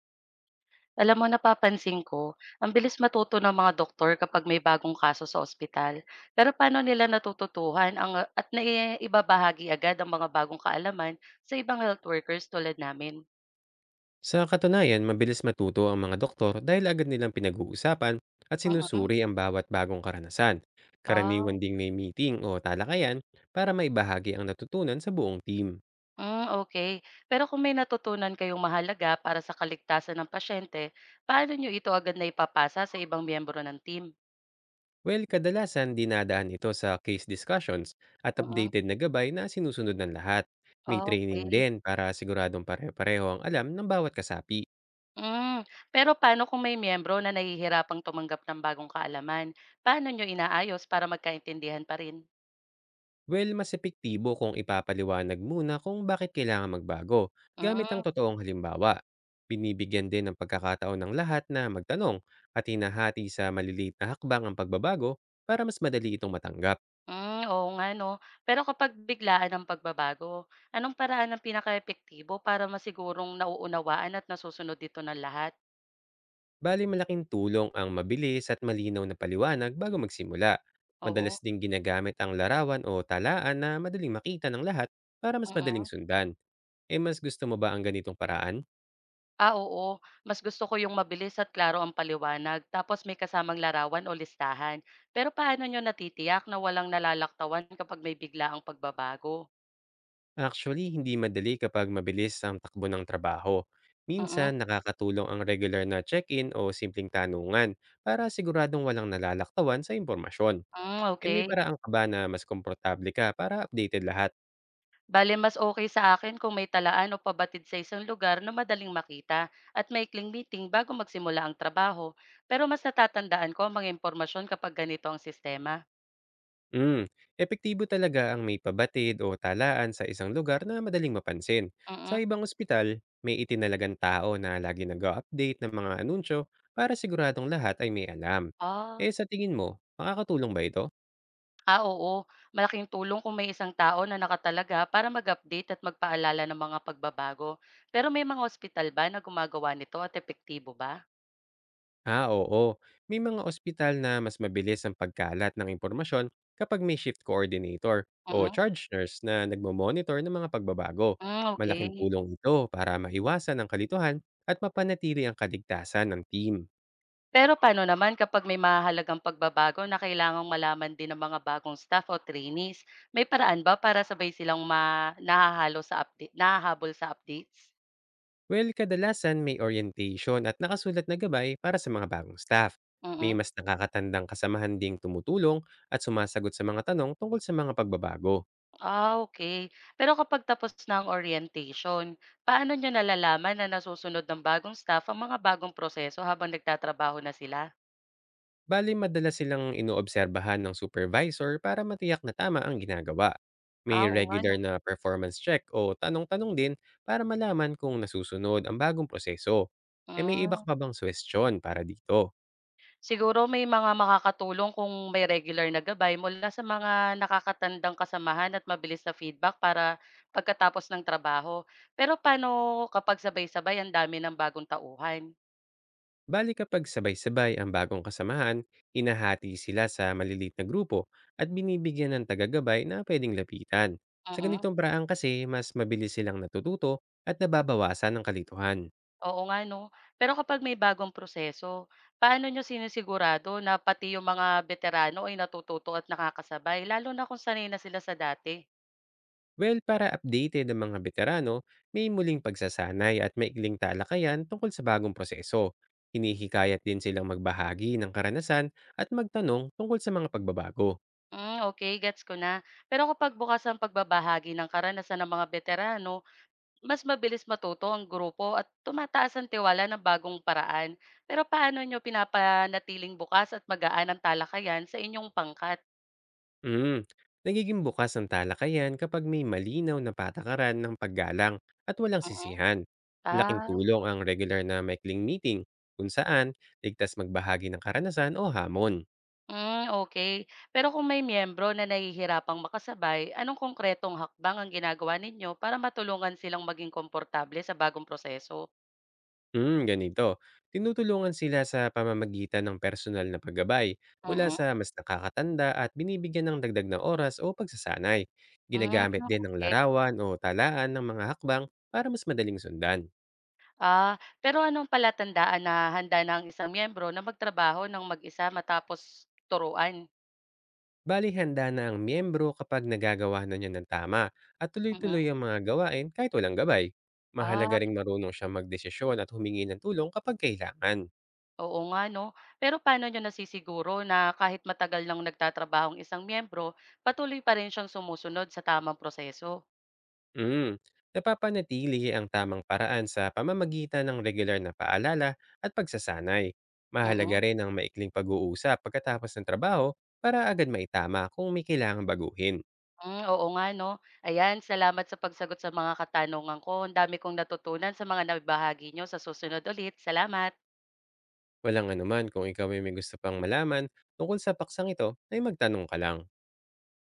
Alam mo napapansin ko, ang bilis matuto ng mga doktor kapag may bagong kaso sa ospital. Pero paano nila natututuhan ang at naibabahagi agad ang mga bagong kaalaman sa ibang health workers tulad namin? Sa katunayan, mabilis matuto ang mga doktor dahil agad nilang pinag-uusapan at Mm. sinusuri ang bawat bagong karanasan. Karaniwan Ah, ding may meeting o talakayan para maibahagi ang natutunan sa buong team. hmm, okey. Pero kung may natutunan kayong mahalaga para sa kaligtasan ng pasyente, paano niyo ito agad na ipapasa sa ibang miyembro ng team? Well, kadalasan dinadaan ito sa case discussions at Mm. updated na gabay na sinusunod ng lahat. May Ah, training okay. din para siguradong pare-pareho ang alam ng bawat kasapi. Hmm, Pero paano kung may miyembro na nahihirapang tumanggap ng bagong kaalaman? Paano niyo inaayos para magkaintindihan pa rin? Well, mas epektibo kung ipapaliwanag muna kung bakit kailangan magbago gamit ang Hmm. totoong halimbawa. Binibigyan din ng pagkakataon ng lahat na magtanong at hinahati sa maliliit na hakbang ang pagbabago para mas madali itong matanggap. Hmm, oo nga 'no. Pero kapag biglaan ang pagbabago, anong paraan ang pinakaepektibo para masigurong nauunawaan at nasusunod dito ng lahat? Bali malaking tulong ang mabilis at malinaw na paliwanag bago magsimula. Madalas Oo, ding ginagamit ang larawan o talaan na madaling makita ng lahat para mas madaling mm. sundan. E mas gusto mo ba ang ganitong paraan? Ah, oo, mas gusto ko yung mabilis at klaro ang paliwanag tapos may kasamang larawan o listahan. Pero paano niyo natitiyak na walang nalalaktawan kapag may bigla ang pagbabago? Actually, hindi madali kapag mabilis ang takbo ng trabaho. Minsan, Mm, nakakatulong ang regular na check-in o simpleng tanungan para siguradong walang nalalaktawan sa impormasyon. hmm, E may okay. paraan ka ba na mas komportable ka para updated lahat? Bale, mas okay sa akin kung may talaan o pabatid sa isang lugar na madaling makita at maikling meeting bago magsimula ang trabaho. Pero mas natatandaan ko ang mga impormasyon kapag ganito ang sistema. Mm, epektibo talaga ang may pabatid o talaan sa isang lugar na madaling mapansin. Sa Mm. ibang ospital, may itinalagang tao na lagi nag-update ng mga anunsyo para siguradong lahat ay may alam. Ah, Eh sa tingin mo, makakatulong ba ito? ah, oo. Malaking tulong kung may isang tao na nakatalaga para mag-update at magpaalala ng mga pagbabago. Pero may mga ospital ba na gumagawa nito at epektibo ba? Ah, oo. May mga ospital na mas mabilis ang pagkalat ng impormasyon kapag may shift coordinator o Mm. charge nurse na nagmo-monitor ng mga pagbabago. Mm, Malaking okay. tulong ito para maiwasan ang kalituhan at mapanatili ang kaligtasan ng team. Pero paano naman kapag may mahalagang pagbabago na kailangang malaman din ng mga bagong staff o trainees? May paraan ba para sabay silang nahahalo sa update nahahabol sa updates? Well, kadalasan may orientation at nakasulat na gabay para sa mga bagong staff. May Mm. mas nakakatandang kasamahan ding tumutulong at sumasagot sa mga tanong tungkol sa mga pagbabago. Ah, okay. Pero kapag tapos na ang orientation, paano niyo nalalaman na nasusunod ng bagong staff ang mga bagong proseso habang nagtatrabaho na sila? Bali madalas silang inoobserbahan ng supervisor para matiyak na tama ang ginagawa. May Ah, oo nga regular 'no. na performance check o tanong-tanong din para malaman kung nasusunod ang bagong proseso. E may iba ka Hmm. pa bang suwestyon para dito? Siguro may mga makakatulong kung may regular na gabay mula sa mga nakakatandang kasamahan at mabilis na feedback para pagkatapos ng trabaho. Pero paano kapag sabay-sabay ang dami ng bagong tauhan? Bali kapag sabay-sabay ang bagong kasamahan, hinahati sila sa maliliit na grupo at binibigyan ng tagagabay na pwedeng lapitan. Sa Mm. ganitong paraan kasi, mas mabilis silang natututo at nababawasan ng kalituhan. Oo nga 'no. Pero kapag may bagong proseso, paano niyo sinisigurado na pati yung mga veterano ay natututo at nakakasabay lalo na kung sanay na sila sa dati? Well, para updated ang mga veterano, may muling pagsasanay at maikling talakayan tungkol sa bagong proseso. Hinihikayat din silang magbahagi ng karanasan at magtanong tungkol sa mga pagbabago. Hmm, okay, gets ko na. Pero kapag bukas ang pagbabahagi ng karanasan ng mga veterano, mas mabilis matuto ang grupo at tumataas ang tiwala ng bagong paraan. Pero paano nyo pinapanatiling bukas at magaan ang talakayan sa inyong pangkat? Mm. Nagiging bukas ang talakayan kapag may malinaw na patakaran ng paggalang at walang Mm. sisihan. Malaking Ah, tulong ang regular na maikling meeting kung saan ligtas magbahagi ng karanasan o hamon. mm, okay. Pero kung may miyembro na nahihirapang makasabay, anong konkretong hakbang ang ginagawa ninyo para matulungan silang maging komportable sa bagong proseso? Hmm, ganito. Tinutulungan sila sa pamamagitan ng personal na paggabay mula Mm. sa mas nakakatanda at binibigyan ng dagdag na oras o pagsasanay. Mm, Ginagamit din ng okay. larawan o talaan ng mga hakbang para mas madaling sundan. Ah, pero anong palatandaan na handa na ang isang miyembro na magtrabaho ng mag-isa matapos turuan? Bali handa na ang miyembro kapag nagagawa na niya ng tama at Mm. tuloy-tuloy ang mga gawain kahit walang gabay. Mahalaga Ah, ring marunong siya magdesisyon at humingi ng tulong kapag kailangan. oo nga 'no. Pero paano niyo nasisiguro na kahit matagal nang nagtatrabaho ang isang miyembro, patuloy pa rin siyang sumusunod sa tamang proseso? Mm. Napapanatili ang tamang paraan sa pamamagitan ng regular na paalala at pagsasanay. Mahalaga Mm. rin ang maikling pag-uusap pagkatapos ng trabaho para agad maitama kung may kailangang baguhin. Hmm, oo nga 'no. Ayan, salamat sa pagsagot sa mga katanungan ko. Ang dami kong natutunan sa mga naibahagi nyo. Sa susunod ulit, salamat. Walang anuman, kung ikaw ay may gusto pang malaman tungkol sa paksang ito ay magtanong ka lang.